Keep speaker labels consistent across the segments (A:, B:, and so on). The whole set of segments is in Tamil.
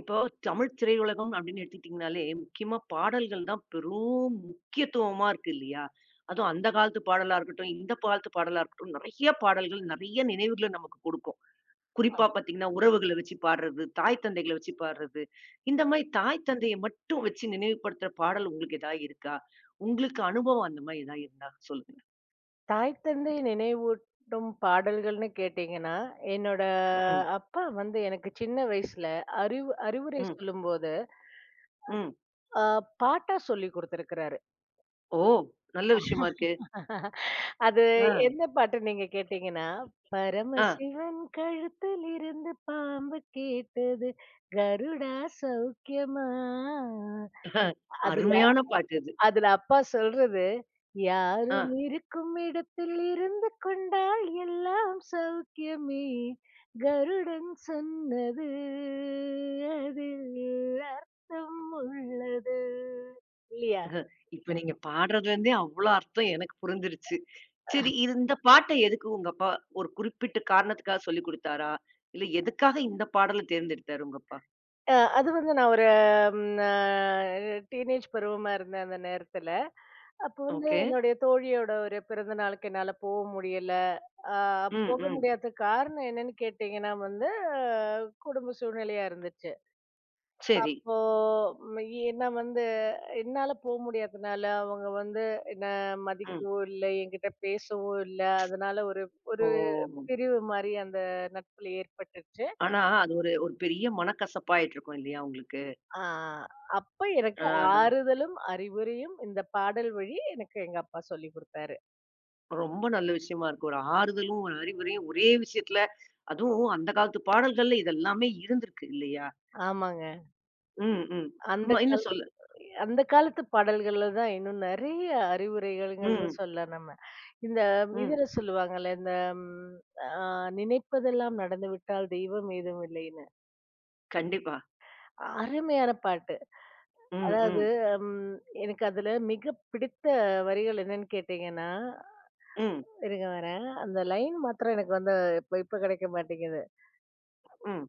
A: இப்போ தமிழ் திரையுலகம் அப்படின்னு எடுத்துக்கிட்டிங்கனாலே, முக்கியமா பாடல்கள் தான் பெரும் முக்கியத்துவமா இருக்கு இல்லையா? அதுவும் அந்த காலத்து பாடலா இருக்கட்டும், இந்த காலத்து பாடலா இருக்கட்டும், நெறைய பாடல்கள், நெறைய நினைவுகள நமக்கு குடுக்கும். குறிப்பா பார்த்தீங்கன்னா, உறவுகள வச்சு பாடுறது, தாய் தந்தைகள வச்சு பாடுறது. இந்த மாரி தாய் தந்தைய மட்டும் வச்சு நினைவுபடுத்துற பாடல் உங்களுக்கு ஏதாவது இருக்கா? உங்களுக்கு அனுபவம் அந்த மாரி ஏதாவது இருந்தா சொல்லுங்க.
B: தாய் தந்தை நினைவூட்டும் பாடல்கள்னு கேட்டீங்கன்னா, என்னோட
A: ம்,
B: அப்பா வந்து எனக்கு சின்ன வயசுல அறிவுரை
A: ம்,
B: சொல்லும்போது,
A: ம்.
B: அ பாட்டா சொல்லிக் குடுத்திருக்கிறாரு.
A: ஓ! நல்ல விஷயமா இருக்கே.
B: அது
A: ஆ,
B: எந்த பாட்டு நீங்க கேட்டீங்கன்னா,
A: ஆ,
B: "பரமசிவன் கழுத்திலிருந்து பாம்பு கேட்டது கருடா சௌக்கியமா",
A: ஆ.
B: அதுல
A: அருமையான பாட்டு அது.
B: அதுல அப்பா சொல்றது,
A: ஆ.
B: "யாரும் இருக்கும் இடத்தில் இருந்து கொண்டால் எல்லாம் சௌக்கியமே! கருடன் சொன்னது அதில் அர்த்தம் உள்ளது." இல்லையா?
A: இப்ப நீங்க பாடுறதுலருந்தே அவ்ளோ அர்த்தம் எனக்கு புரிஞ்சிருச்சு. சரி, இது இந்த பாட்ட எதுக்கு உங்க அப்பா ஒரு குறிப்பிட்ட காரணத்துக்காக சொல்லிக் குடுத்தாரா? இல்ல எதுக்காக இந்த பாடல தேர்ந்தெடுத்தாரு உங்க அப்பா?
B: அது வந்து நான் ஒரு ம் அ டீனேஜ் பருவமா இருந்தேன் அந்த நேரத்துல. அப்போ வந்து
A: ஓகே.
B: என்னுடைய தோழியோட ஒரு பிறந்த நாளுக்கு என்னால போக முடியல. அ
A: ம்,
B: போக
A: ம்.
B: முடியாத காரணம் என்னன்னு கேட்டீங்கன்னா வந்து, குடும்ப சூழ்நிலையா இருந்துச்சு.
A: சரி.
B: அப்போ ம், என்ன வந்து என்னால போ முடியாதனால அவங்க வந்து என்ன
A: ம்.
B: மதிக்கவோ இல்ல, என்கிட்ட பேசவோ இல்ல. அதனால ஒரு ஒரு
A: ஓ!
B: பிரிவு மாரி அந்த நட்புல ஏற்பட்டுச்சு.
A: ஆனா அது ஒரு ஒரு பெரிய மனக்கசப்பாயிட்டுருக்கும் இல்லையா உங்களுக்கு?
B: ஆ அப்ப
A: ஆ,
B: எனக்கு ஆறுதலும், அறிவுரையும் இந்த பாடல் வழி எனக்கு எங்க அப்பா சொல்லிக் குடுத்தாரு.
A: ரொம்ப நல்ல விஷயமா இருக்கு. ஒரு ஆறுதலும், ஒரு அறிவுரையும் ஒரே விஷயத்துல, அதுவும் அந்த காலத்து பாடல்கள்ல இதெல்லாமே இருந்திருக்கு இல்லையா?
B: ஆமாங்க.
A: ம், ம்.
B: அந்த
A: ஆமா,
B: கால
A: இன்னும் சொல்லு.
B: அந்த காலத்து பாடல்கள்ல தான் இன்னும் நெறைய அறிவுரைகள்ங்கிறத
A: ம்,
B: சொல்லலாம் நம்ம. இந்த
A: ம்.
B: இதுல சொல்லுவாங்கல்ல, இந்த ம் அ நினைப்பதெல்லாம் நடந்துவிட்டால் தெய்வம் ஏதும் இல்லைன்னு.
A: கண்டிப்பா.
B: அருமையான பாட்டு.
A: ம்,
B: அதாவது
A: ம்,
B: ம் எனக்கு அதுல மிக பிடித்த வரிகள் என்னன்னு கேட்டீங்கன்னா,
A: ம்.
B: இருங்க வரேன். அந்த லைன் மாத்திரம் எனக்கு வந்து இப்ப இப்ப கிடைக்க மாட்டேங்குது.
A: ம்.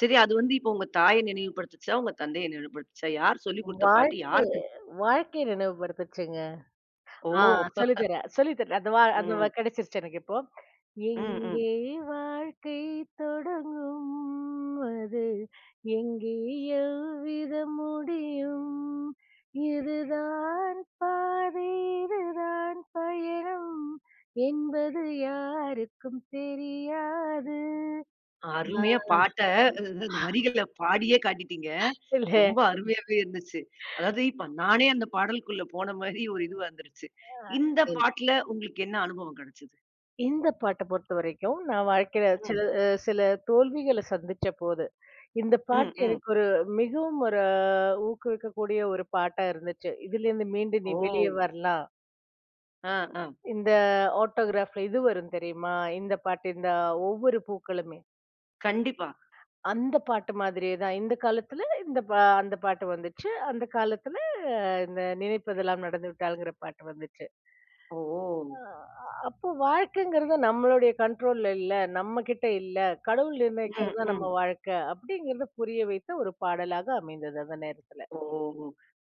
A: சரி, அது வந்து இப்போ உங்க தாய நினைவுபடுத்துச்சா? உங்க தந்தைய நினைவுபடுத்துச்சா? யார் சொல்லிக் குடுத்த பாட்டு?
B: வாழ்க்கை
A: யாருக்கு?
B: வாழ்க்கைய நினைவுபடுத்துச்சுங்க.
A: ஓ!
B: ஆ சொல்லி தரேன், சொல்லி தரேன். அந்த வா அந்த வ
A: ம்.
B: கிடைச்சிருச்சு எனக்கு இப்போ.
A: ம், ம்.
B: எங்கே வாழ்க்கை தொடங்கும்? அது எங்கே எவ்விதம் முடியும்? இதுதான் பாதை, இதுதான் பயணம் என்பது யாருக்கும் தெரியாது. ஆ,
A: அருமையா பாட்ட, அந்த வரிகள பாடியே காட்டிட்டீங்க. ரொம்ப அருமையாவே இருந்துச்சு. அதாவது இப்ப நானே அந்த பாடலுக்குள்ள போன மாரி ஒரு இது வந்துருச்சு. இந்த
B: இல்ல.
A: பாட்டுல உங்களுக்கு என்ன அனுபவம் கிடைச்சது?
B: இந்த பாட்ட பொறுத்தவரைக்கும், நான் வாழ்க்கையில
A: ம்.
B: சில தோல்விகள சந்திச்ச போது, இந்த
A: ம்,
B: பாட்டு
A: ம்.
B: எனக்கு ஒரு மிகவும் ஒரு ஊக்குவிக்கக்கூடிய ஒரு பாட்டா இருந்துச்சு. "இதுலேருந்து மீண்டு நீ
A: ஓ!
B: வெளியே வரலாம்."
A: ஆ, ஆ.
B: இந்த ஆட்டோகிராஃப்ல இது வரும் தெரியுமா? இந்த பாட்டு, இந்த ஒவ்வொரு பூக்களுமே.
A: கண்டிப்பா.
B: அந்த பாட்டு மாதிரியே தான். இந்த காலத்துல இந்த பா அந்த பாட்டு வந்துச்சு. அந்த காலத்துல இந்த நினைப்பதெல்லாம் நடந்து விட்டால்ங்கிற பாட்டு வந்துச்சு.
A: ஓ!
B: அப்போ வாழ்க்கைங்கிறது நம்மளுடைய கண்ட்ரோல்ல இல்ல, நம்ம கிட்ட இல்ல. கடவுள் நிர்ணயிக்கிறது
A: ம்,
B: தான்
A: ம்.
B: நம்ம வாழ்க்கை. அப்படிங்கிறத புரிய வைத்த ஒரு பாடலாக அமைந்தது அந்த நேரத்துல.
A: ஓ!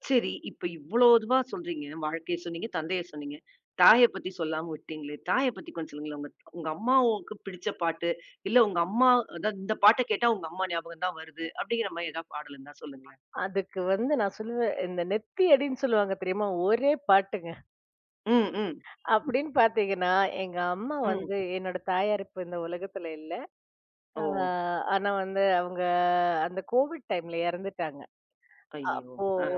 A: சரி. இப்ப இவ்ளோ இதுவா சொல்றீங்க. வாழ்க்கைய சொன்னீங்க, தந்தைய சொன்னீங்க. தாய பத்தி சொல்லாம விட்டீங்களே! தாய பத்தி கொஞ்சம் சொல்லுங்களேன். உங்க உங்க அம்மாவுக்கு பிடிச்ச பாட்டு, இல்ல உங்க அம்மா, அதாவது இந்த பாட்ட கேட்டா உங்க அம்மா ஞாபகம் தான் வருது. அப்படிங்கிற மாரி ஏதாவது பாடல் இருந்தா சொல்லுங்களேன்.
B: அதுக்கு வந்து நான் சொல்லுவேன், இந்த நெத்தியடின்னு சொல்லுவாங்க தெரியுமா? ஒரே பாட்டுங்க.
A: ம், ம்,
B: அப்படின்னு பார்த்தீங்கன்னா, எங்க அம்மா
A: ம்.
B: வந்து என்னோட தாயார் இப்ப இந்த உலகத்துல இல்ல.
A: ஓ!
B: அ ஆனா வந்து அவங்க அந்த கோவிட் டைம்ல இறந்துட்டாங்க.
A: ஐயோ!
B: அப்போ
A: ஆ.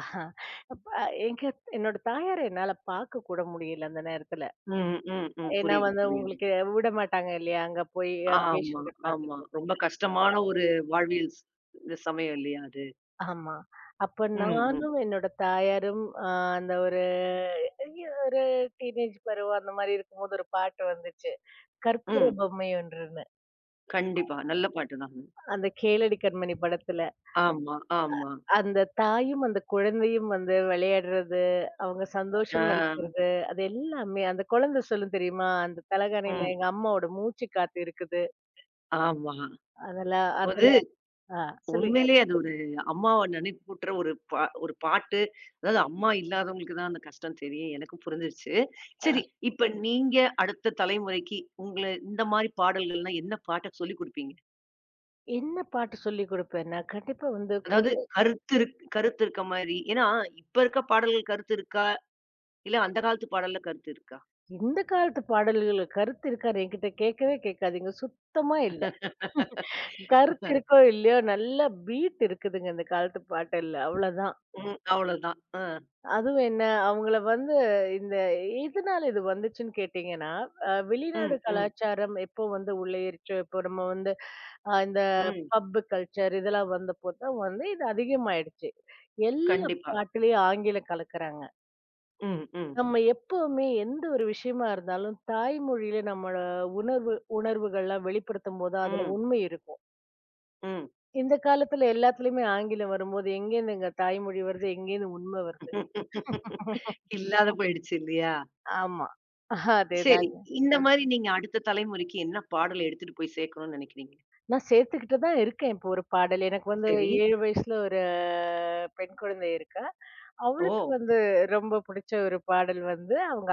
B: ஆஹ், அப்ப எங்க என்னோட தாயார என்னால பார்க்க கூட முடியல அந்த நேரத்துல.
A: ம், ம், ம்.
B: ஏன்னா
A: புரியுது,
B: வந்து
A: புரியுது.
B: உங்களுக்கு விட மாட்டாங்க இல்லையா? அங்க போய்
A: ஆமா,
B: பேஷண்ட்ட
A: ஆமா.
B: பார்க்கறதுக்கு.
A: ரொம்ப கஷ்டமான ஒரு வாழ்வியல் இந்த சமயம் இல்லையா அது?
B: ஆமா. அப்ப
A: ம், ம்,
B: நானும் என்னோட தாயாரும் அ அந்த ஒரு ஐயோ! ஒரு டீனேஜ் பருவம் அந்த மாரி இருக்கும்போது ஒரு பாட்டு வந்துச்சு. கற்பூர
A: ம்.
B: பொம்மை ஒன்றுன்னு.
A: கண்டிப்பா. நல்ல பாட்டு தான்.
B: அந்த கேளடி கண்மணி படத்துல.
A: ஆமா, ஆமா.
B: அந்த தாயும், அந்த குழந்தையும் வந்து விளையாடுறது, அவங்க
A: ஆ.
B: சந்தோஷமா இருக்கிறது, அது எல்லாமே அந்த குழந்தை சொல்லும் தெரியுமா? அந்த தலகாணியில
A: ம்.
B: எங்க அம்மாவோட மூச்சு காத்து இருக்குது.
A: ஆமா.
B: அதெல்லாம் அதெல்லாம்
A: அது
B: ஆ சொல்லுங்க.
A: உண்மையிலேயே அது ஒரு அம்மாவ நினைப்பூட்டுற ஒரு ஒரு பாட்டு. அதாவது அம்மா இல்லாதவங்களுக்கு தான் அந்த கஷ்டம் தெரியும். எனக்கும் புரிஞ்சிருச்சு. சரி, இப்ப நீங்க அடுத்த தலைமுறைக்கு உங்கள இந்த மாரி பாடல்கள்லாம் என்ன பாட்ட சொல்லிக் குடுப்பீங்க?
B: என்ன பாட்டு சொல்லிக் குடுப்பேன்னா, கண்டிப்பா வந்து
A: அதாவது
B: கூடிய
A: கருத்து கருத்து இருக்க மாரி. ஏன்னா, இப்ப இருக்க பாடல்கள் கருத்து இருக்கா? இல்ல அந்த காலத்து பாடல்ல கருத்து இருக்கா?
B: இந்த காலத்து பாடல்கள்ல கருத்து இருக்கான்னு என்கிட்ட கேட்கவே கேட்காதீங்க. சுத்தமா இல்ல. கருத்து இருக்கோ இல்லையோ, நல்ல பீட் இருக்குதுங்க இந்த காலத்து பாட்டல்ல. அவ்வளோதான்.
A: ம். அவ்வளோதான். அ.
B: அதுவும் என்ன, அவங்கள வந்து இந்த எதனால இது வந்துச்சுன்னு கேட்டீங்கன்னா, வெளிநாடு
A: ம், ம்,
B: கலாச்சாரம் எப்போ வந்து உள்ளேயிருச்சோ, இப்போ நம்ம வந்து இந்த
A: ம்.
B: பப் கல்ச்சர் இதெல்லாம் வந்தப்போ தான் வந்து இது அதிகமாயிடுச்சு. எல்லா
A: கண்டிப்பா.
B: பாட்டுலயும் ஆங்கிலம் கலக்குறாங்க.
A: ம், ம்,
B: நம்ம எப்பவுமே எந்த ஒரு விஷயமா இருந்தாலும் தாய்மொழியில நம்மளோட உணர்வுகள்லாம் வெளிப்படுத்தும் போது அதுல
A: ம்,
B: உண்மை இருக்கும்.
A: ம்.
B: இந்த காலத்துல எல்லாத்துலயுமே ஆங்கிலம் வரும்போது எங்கேருந்துங்க தாய்மொழி வருது? எங்கேருந்து உண்மை வருது?
A: இல்லாத போயிடுச்சு இல்லையா?
B: ஆமா.
A: சரி.
B: அதேதாங்க.
A: இந்த மாரி நீங்க அடுத்த தலைமுறைக்கு என்ன பாடல் எடுத்துட்டு போய் சேர்க்கணும்னு நினைக்கிறீங்க?
B: நான் சேர்த்துக்கிட்டு தான் இருக்கேன். இப்போ ஒரு பாடல் எனக்கு வந்து
A: சரி.
B: 7 வயசுல ஒரு பெண் குழந்தை இருக்கா.
A: ஓ!
B: அவளுக்கு வந்து ரொம்ப பிடிச்ச ஒரு பாடல் வந்து, அவங்க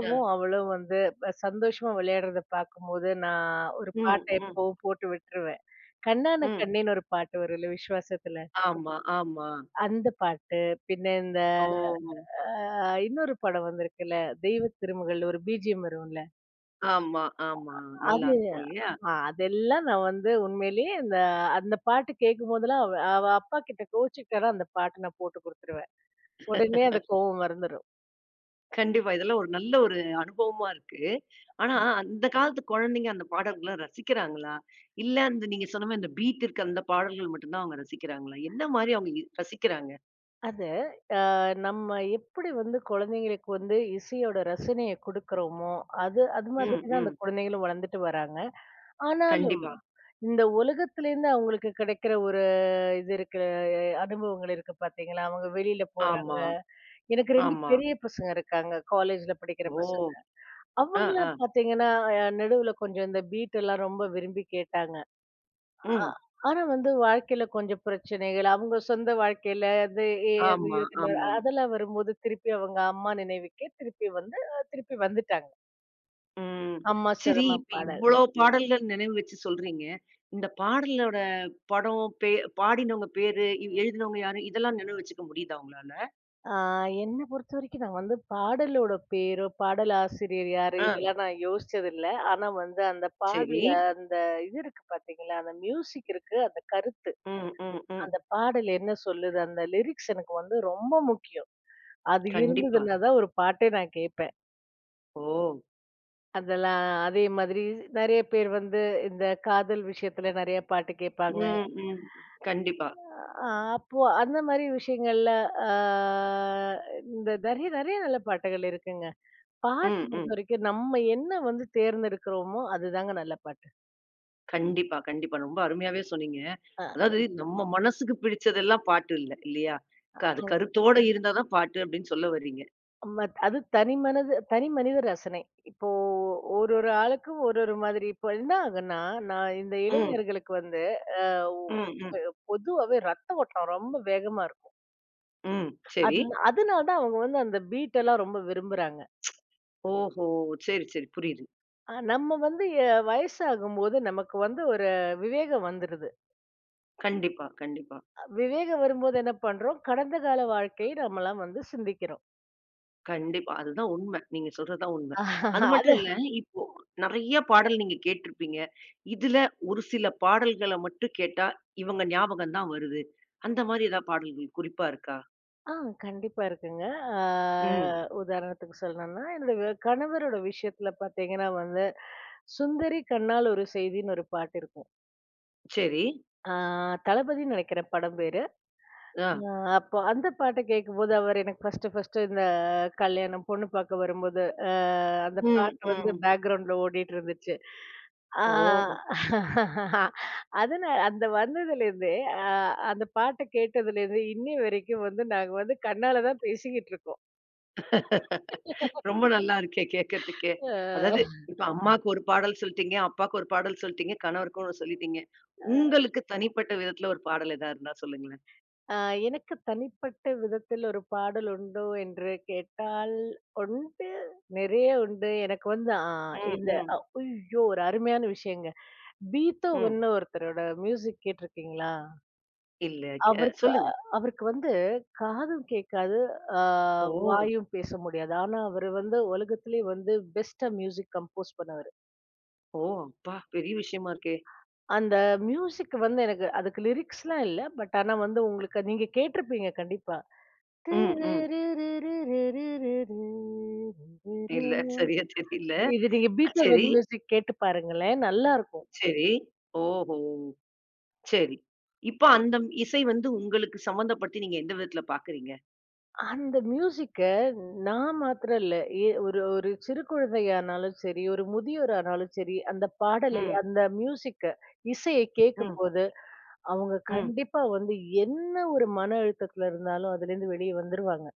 A: அ.
B: அவளும் வந்து சந்தோஷமா விளையாடுறத பார்க்கும்போது, நான் ஒரு
A: ம்,
B: பாட்ட
A: ம்,
B: எப்பவும் போட்டு விட்டுருவேன். கண்ணான
A: ம்.
B: கண்ணேன்னு ஒரு பாட்டு வரும்ல விஸ்வாசத்துல.
A: ஆமா, ஆமா.
B: அந்த பாட்டு, பின்ன இந்த
A: ஓ!
B: அ இன்னொரு படம் வந்திருக்குல்ல, தெய்வ திருமகள் ஒரு பிஜிஎம் வரும்ல,
A: ஆமா, ஆமா. நல்லா
B: அது
A: இருக்கும் இல்லையா?
B: அ அதெல்லாம் நான் வந்து உண்மையிலேயே அந்த பாட்டு கேட்கும்போதெல்லாம் அவ அவ அப்பா கிட்ட கோவிச்சுக்கிட்டான்னா அந்த பாட்ட நான் போட்டு குடுத்துருவேன். உடனே அந்த கோவம் மறந்துரும்.
A: கண்டிப்பா. இதெல்லாம் ஒரு நல்ல ஒரு அனுபவமா இருக்கு. ஆனா, அந்த காலத்து குழந்தைங்க அந்த பாடல்கள்லாம் ரசிக்கிறாங்களா? இல்ல அந்த நீங்க சொன்ன மாரி அந்த பீட் இருக்க அந்த பாடல்கள் மட்டும் தான் அவங்க ரசிக்கிறாங்களா? என்ன மாரி அவங்க ரசிக்கிறாங்க?
B: அது நம்ம எப்படி வந்து குழந்தைங்களுக்கு வந்து இசையோட ரசனைய குடுக்குறோமோ, அது அது மாதிரி
A: ம்,
B: தான் அந்த
A: ம்.
B: குழந்தைகளும் வளர்ந்துட்டு வராங்க. ஆனாலும்
A: கண்டிப்பா.
B: இந்த உலகத்திலேருந்து அவங்களுக்கு கிடைக்கிற ஒரு இது இருக்கு அனுபவங்கள் இருக்கு பார்த்தீங்களா? அவங்க வெளியில போறாங்க.
A: ஆமா,
B: எனக்கு 2
A: ஆமா.
B: பெரிய பசங்க இருக்காங்க. காலேஜ்ல படிக்கிற
A: ஓ!
B: பசங்க.
A: அ,
B: அவங்கலாம்
A: அ.
B: பார்த்தீங்கன்னா, நடுவுல கொஞ்சம் இந்த பீட் எல்லாம் ரொம்ப விரும்பி கேட்டாங்க. அ
A: ம்.
B: ஆனா வந்து வாழ்க்கையில கொஞ்சம் பிரச்சனைகள், அவங்க சொந்த வாழ்க்கையில அது
A: ஆமா,
B: இருக்குல்ல.
A: ஆமா.
B: அதெல்லாம் வரும்போது திருப்பி அவங்க அம்மா நினைவுக்கே திருப்பி வந்துட்டாங்க.
A: ம்.
B: அம்மா ம்.
A: சரி,
B: சிரம
A: இப்ப
B: பாடல்.
A: இவ்ளோ பாடல்கள் நினைவு வச்சு சொல்றீங்க. இந்த பாடலோட படம், பாடினவங்க பேரு, எழுதினவங்க யாரு? இதெல்லாம் நினைவு வச்சுக்க முடியுதா உங்களால?
B: ஆ என்ன பொறுத்தவரைக்கும் நான் வந்து பாடலோட பேரோ, பாடல் ஆசிரியர் யாரு
A: ஆ,
B: இதெல்லாம் நான் யோசிச்சதில்ல. ஆனா வந்து அந்த
A: சரி.
B: பாடல்ல அந்த இது இருக்கு பார்த்தீங்களா, அந்த மியூசிக் இருக்கு, அந்த கருத்து.
A: ம், ம், ம்.
B: அந்த பாடல் என்ன சொல்லுது, அந்த லிரிக்ஸ் எனக்கு வந்து ரொம்ப முக்கியம். அது
A: கண்டிப்பா.
B: இருந்ததுன்னா தான் ஒரு பாட்டே நான் கேட்பேன்.
A: ஓ!
B: அதெல்லாம் அதே மாதிரி நெறைய பேர் வந்து இந்த காதல் விஷயத்துல நெறைய பாட்டு கேட்பாங்க.
A: ம், ம். கண்டிப்பா.
B: அ அப்போ அந்த மாரி விஷயங்கள்ல ஆ இந்த நெறைய நெறைய நல்ல பாட்டுகள் இருக்குங்க. பாட்டு
A: ம், ம்.
B: பொறுத்தவரைக்கும் நம்ம என்ன வந்து தேர்ந்தெடுக்கிறோமோ, அதுதாங்க நல்ல பாட்டு.
A: கண்டிப்பா, கண்டிப்பா. ரொம்ப அருமையாவே சொன்னீங்க.
B: அ
A: அதாவது நம்ம மனசுக்கு பிடிச்சதெல்லாம் பாட்டு இல்ல, இல்லையா? அது கருத்தோட இருந்தா தான் பாட்டு அப்படின்னு சொல்ல வர்றீங்க.
B: மத் அது தனி மனித ரசனை. இப்போ ஒரு ஒரு ஆளுக்கும் ஒரு ஒரு மாதிரி இப்போ என்ன ஆகுன்னா, நான் இந்த
A: ம்,
B: இளைஞர்களுக்கு வந்து அ
A: ம், ம்,
B: பொதுவாவே ரத்த ஓட்டம் ரொம்ப வேகமா இருக்கும்.
A: ம். சரி.
B: அதனால தான் அவங்க வந்து அந்த பீட் எல்லாம் ரொம்ப விரும்புறாங்க.
A: ஓஹோ! சரி, சரி. புரியுது.
B: நம்ம வந்து வயசாகும்போது நமக்கு வந்து ஒரு விவேகம் வந்துருது.
A: கண்டிப்பா, கண்டிப்பா.
B: விவேகம் வரும்போது என்ன பண்றோம், கடந்த கால வாழ்க்கையை நம்மலாம் வந்து சிந்திக்கிறோம்.
A: கண்டிப்பா. அதுதான் உண்ம. நீங்க சொல்றது தான் உண்ம. அது
B: அது
A: மட்டும் இல்ல, இப்போ நெறைய பாடல் நீங்க கேட்டிருப்பீங்க. இதுல ஒரு சில பாடல்கள மட்டும் கேட்டா, இவங்க ஞாபகம் தான் வருது. அந்த மாரி ஏதாவது பாடல்கள் குறிப்பா இருக்கா?
B: ஆ கண்டிப்பா இருக்குங்க. ஆ
A: ம்.
B: உதாரணத்துக்கு சொல்லணும்னா, என்னோட கணவரோட விஷயத்துல பார்த்தீங்கன்னா வந்து, "சுந்தரி கண்ணால் ஒரு செய்தின்னு" ஒரு பாட்டு இருக்கும்.
A: சரி.
B: ஆ தளபதின்னு நெனைக்கிறேன் படம் பேரு.
A: ஆ.
B: ஆ அப்போ அந்த பாட்ட கேட்கும்போது, அவர் எனக்கு ஃபர்ஸ்ட்டு இந்த கல்யாணம் பொண்ணு பார்க்க வரும்போது, அ அந்த
A: ம், ம்.
B: பாட்டு வந்து
A: ம்.
B: பேக்கிரவுண்ட்ல ஓடிட்டு இருந்துச்சு. ஆ
A: ஓ!
B: ஓ! அதனால அந்த வந்ததுலேருந்தே, அ அந்த பாட்ட கேட்டதுலேருந்து இன்னி வரைக்கும் வந்து நாங்க வந்து கண்ணால தான் பேசிக்கிட்டு இருக்கோம்.
A: ரொம்ப நல்லா இருக்கே கேட்கறதுக்கே.
B: அ
A: அதாவது இப்ப அம்மாக்கு ஒரு பாடல் சொல்லிட்டீங்க, அப்பாக்கு ஒரு பாடல் சொல்லிட்டீங்க, கணவருக்கும் ஒண்ணு சொல்லிட்டீங்க. உங்களுக்கு தனிப்பட்ட விதத்துல ஒரு பாடல் ஏதாவது இருந்தா சொல்லுங்களேன்.
B: அ எனக்கு தனிப்பட்ட விதத்தில் ஒரு பாடல் உண்டோ என்று கேட்டால், உண்டு. நிறைய உண்டு. எனக்கு வந்து
A: ம்,
B: இந்த
A: ம்,
B: அ ஐயோ! ஒரு அருமையான விஷயங்க.
A: ம்.
B: பீத்தோவன்னு ஒருத்தரோட மியூசிக் கேட்டிருக்கீங்களா?
A: இல்ல.
B: அவருக்கு
A: சொல்லுங்க.
B: அவருக்கு வந்து காதும் கேட்காது, ஆ
A: ஓ!
B: வாயும் பேச முடியாது. ஆனா, அவரு வந்து உலகத்திலேயே வந்து பெஸ்ட்டா மியூசிக் கம்போஸ் பண்ணவரு.
A: ஓ! அப்பா! பெரிய விஷயமா இருக்கே!
B: அந்த மியூசிக் வந்து எனக்கு அதுக்கு லிரிக்ஸ்லாம் இல்ல. பட் ஆனா வந்து உங்களுக்கு நீங்க கேட்டிருப்பீங்க கண்டிப்பா.
A: ம், ம். இல்ல. சரியா தெரியல.
B: இது நீங்க பீத்தோவன்
A: சரி,
B: மியூசிக் கேட்டு பாருங்களேன். நல்லாருக்கும்.
A: சரி. ஓஹோ! சரி. இப்ப அந்த இசை வந்து உங்களுக்கு சம்மந்தப்படுத்தி நீங்க எந்த விதத்துல பாக்குறீங்க?
B: அந்த மியூசிக்க நான் மாத்திரம் இல்ல. ஒரு ஒரு சிறு குழந்தையானாலும் சரி, ஒரு முதியோரானாலும் சரி, அந்த பாடலை,
A: ம்,
B: அந்த மியூசிக்க, இசைய
A: ம்,
B: கேட்கும்போது, அவங்க
A: ம்.
B: கண்டிப்பா வந்து என்ன ஒரு மன அழுத்தத்துல இருந்தாலும் அதுலேருந்து வெளிய வந்துருவாங்க.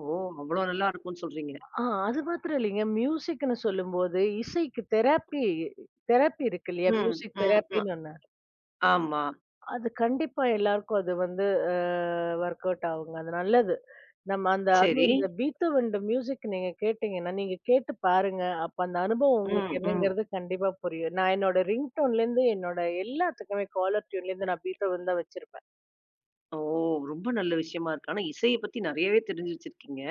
A: ஓ! அவ்ளோ நல்லா இருக்கும்னு சொல்றீங்க.
B: ஆ அது மாத்திரம் இல்லைங்க. மியூசிக்ன்னு சொல்லும்போது, இசைக்கு தெராப்பி தெராப்பி இருக்கு இல்லையா?
A: ம்,
B: மியூசிக்
A: ம், ம்.
B: தெராப்பின்னு ஒண்ணு.
A: ஆமா.
B: அது கண்டிப்பா எல்லாருக்கும் அது வந்து அ வொர்க் அவுட் ஆகுங்க. அது நல்லது. நம்ம
A: சரி.
B: அதுவும் இந்த பீத்தோவனோட மியூசிக் நீங்க கேட்டீங்கன்னா, நீங்க கேட்டு பாருங்க. அப்ப அந்த அனுபவம்
A: ம்,
B: உங்களுக்கு
A: ம்.
B: என்னங்கிறது கண்டிப்பா புரியும். நான் என்னோட ரிங்டோன்லேருந்து என்னோட எல்லாத்துக்குமே காலர் டியூன்லேருந்து நான் பீத்தோவன் தான் வச்சிருப்பேன்.
A: ஓ! ரொம்ப நல்ல விஷயமா இருக்கு. ஆனா இசைய பத்தி நெறையவே தெரிஞ்சு வச்சிருக்கீங்க.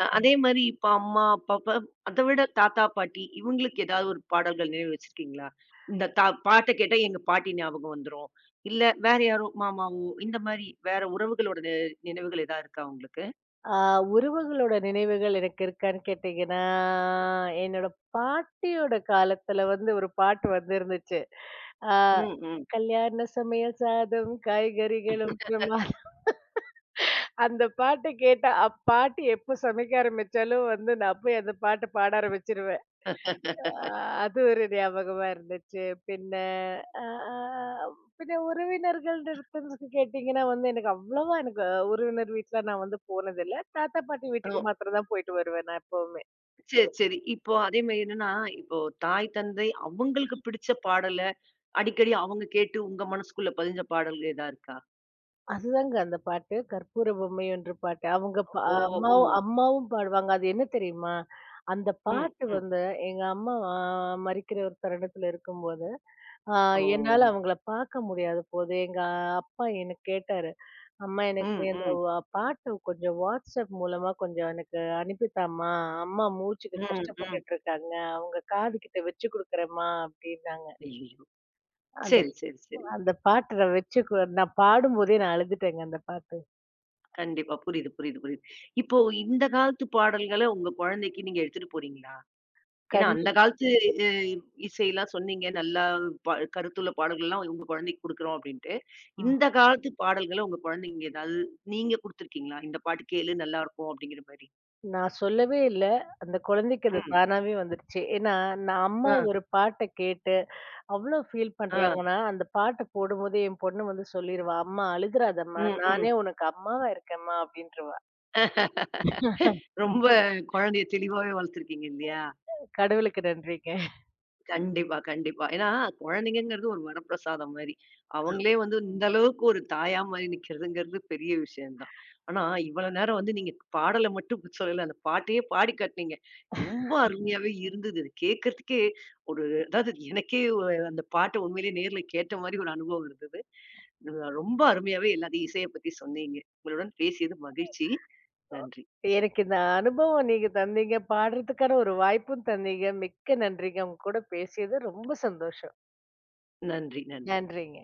A: அதே மாரி இப்ப அம்மா, அப்பா, அத விட தாத்தா, பாட்டி இவங்களுக்கு ஏதாவது ஒரு பாடல்கள் நினைவு வச்சிருக்கீங்களா? இந்த பாட்ட கேட்டா எங்க பாட்டி ஞாபகம் வந்துரும். இல்ல வேற யாரோ மாமாவோ, இந்த மாரி வேற உறவுகளோட நினைவுகள் ஏதாவது இருக்கா உங்களுக்கு?
B: ஆ உறவுகளோட நினைவுகள் எனக்கு இருக்கான்னு கேட்டீங்கன்னா, என்னோட பாட்டியோட காலத்துல வந்து ஒரு பாட்டு வந்திருந்துச்சு. ஆ
A: ம், ம்.
B: கல்யாண சமையல் சாதம், காய்கறிகளும் அந்த பாட்ட கேட்டா, அப் பாட்டி எப்ப சமைக்க ஆரம்பிச்சாலும் வந்து நான் போய் அந்த பாட்ட பாட ஆரம்பிச்சுருவேன். அ அது ஒரு ஞாபகமா இருந்துச்சு. பின்ன அ அ பின்ன உறவினர்கள்டத்துன்னு கேட்டீங்கன்னா வந்து எனக்கு அவ்வளவா எனக்கு உறவினர் வீட்ல நான் வந்து போனதில்ல. தாத்தா, பாட்டி வீட்டுக்கு
A: ஓ!
B: மாத்திரம் தான் போயிட்டு வருவேன் நான் எப்பவுமே.
A: சரி, சரி. இப்போ அதே மாரி என்னன்னா, இப்போ தாய், தந்தை அவங்களுக்கு பிடிச்ச பாடல அடிக்கடி அவங்க கேட்டு உங்க மனசுக்குள்ள பதிஞ்ச பாடல்கள் ஏதா இருக்கா?
B: அதுதாங்க அந்த பாட்டு. கற்பூர பொம்மை என்ற பாட்டு. அவங்க
A: ஓ! ஓ!
B: அம்மாவும் அம்மாவும் பாடுவாங்க. அது என்ன தெரியுமா? அந்த
A: ம்,
B: பாட்டு
A: ம்.
B: வந்து எங்க அம்மா மரிக்கிற ஒரு தருணத்துல இருக்கும்போது, ஆ
A: ஓ!
B: என்னால அவங்கள பார்க்க முடியாத போது, எங்க அப்பா என்ன கேட்டாரு. "அம்மா எனக்கு நீ
A: ம்,
B: அந்த
A: ம்.
B: பாட்ட கொஞ்சம் WhatsApp மூலமா கொஞ்சம் எனக்கு அனுப்பித்தாம்மா. அம்மா மூச்சுக்கு
A: ம், ம்.
B: கஷ்டப்பட்டுட்டு இருக்காங்க. அவங்க காது கிட்ட வச்சு குடுக்குறேம்மா" அப்படின்னாங்க.
A: ஐயய்யோ!
B: அந்த
A: சரி, சரி, சரி.
B: அந்த பாட்டு நான் வச்சு நான் பாடும்போதே நான் அழுதுட்டேங்க அந்த பாட்டு.
A: கண்டிப்பா. புரியுது, புரியுது, புரியுது. இப்போ இந்த காலத்து பாடல்கள உங்க குழந்தைக்கு நீங்க எடுத்துட்டு போறீங்களா? ஏன்னா அந்த
B: கண்டிப்
A: காலத்து அ இசையெல்லாம் சொன்னீங்க. நல்லா ப கருத்துள்ள பாடல்கள்லாம் உங்க குழந்தைக்கு குடுக்குறோம் அப்டின்ட்டு.
B: ம்.
A: இந்த காலத்து பாடல்கள உங்க குழந்தைங்க ஏதாவது நீங்க குடுத்துருக்கீங்களா? இந்த பாட்டு கேளு நல்லாருக்கும் அப்டிங்கிற மாரி?
B: நான் சொல்லவே இல்ல. அந்த குழந்தைக்கு அது
A: ம்.
B: தானாவே வந்துருச்சு. ஏன்னா, நான் அம்மா
A: ஆ,
B: ஒரு பாட்ட கேட்டு அவ்ளோ ஃபீல்
A: ஆ.
B: பண்றாங்கன்னா, அந்த பாட்ட போடும்போதே என் பொண்ணு வந்து சொல்லிருவா, "அம்மா அழுதுறாதம்மா.
A: ம், ம்.
B: நானே உனக்கு அம்மாவா இருக்கேன்ம்மா" அப்படின்ருவா.
A: ரொம்ப குழந்தைய தெளிவாவே வளர்த்துருக்கீங்க இல்லையா?
B: கடவுளுக்கு நன்றிங்க.
A: கண்டிப்பா, கண்டிப்பா. ஏன்னா, குழந்தைங்கங்கிறது ஒரு வரப்பிரசாதம் மாரி. அவங்களே வந்து இந்த அளவுக்கு ஒரு தாயா மாரி நிக்கிறதுங்கிறது பெரிய விஷயம் தான். ஆனா, இவ்வளோ நேரம் வந்து நீங்க பாடல மட்டும் சொல்லல. அந்த பாட்டையே பாடி காட்டுனீங்க. ரொம்ப அருமையாவே இருந்தது. இது கேட்கறதுக்கே ஒரு, அதாவது எனக்கே அந்த பாட்ட உண்மையிலேயே நேர்ல கேட்ட மாரி ஒரு அனுபவம் இருந்தது. ரொம்ப அருமையாவே எல்லாத்தையும் இசைய பத்தி சொன்னீங்க. உங்களுடன் பேசியது மகிழ்ச்சி.
B: அ
A: நன்றி,
B: எனக்கு இந்த அனுபவம் நீங்க தந்தீங்க. பாடுறதுக்கான ஒரு வாய்ப்பும் தந்தீங்க. மிக்க நன்றிங்க. உங்க கூட பேசியது ரொம்ப சந்தோஷம்.
A: நன்றி, நன்றி.
B: நன்றிங்க.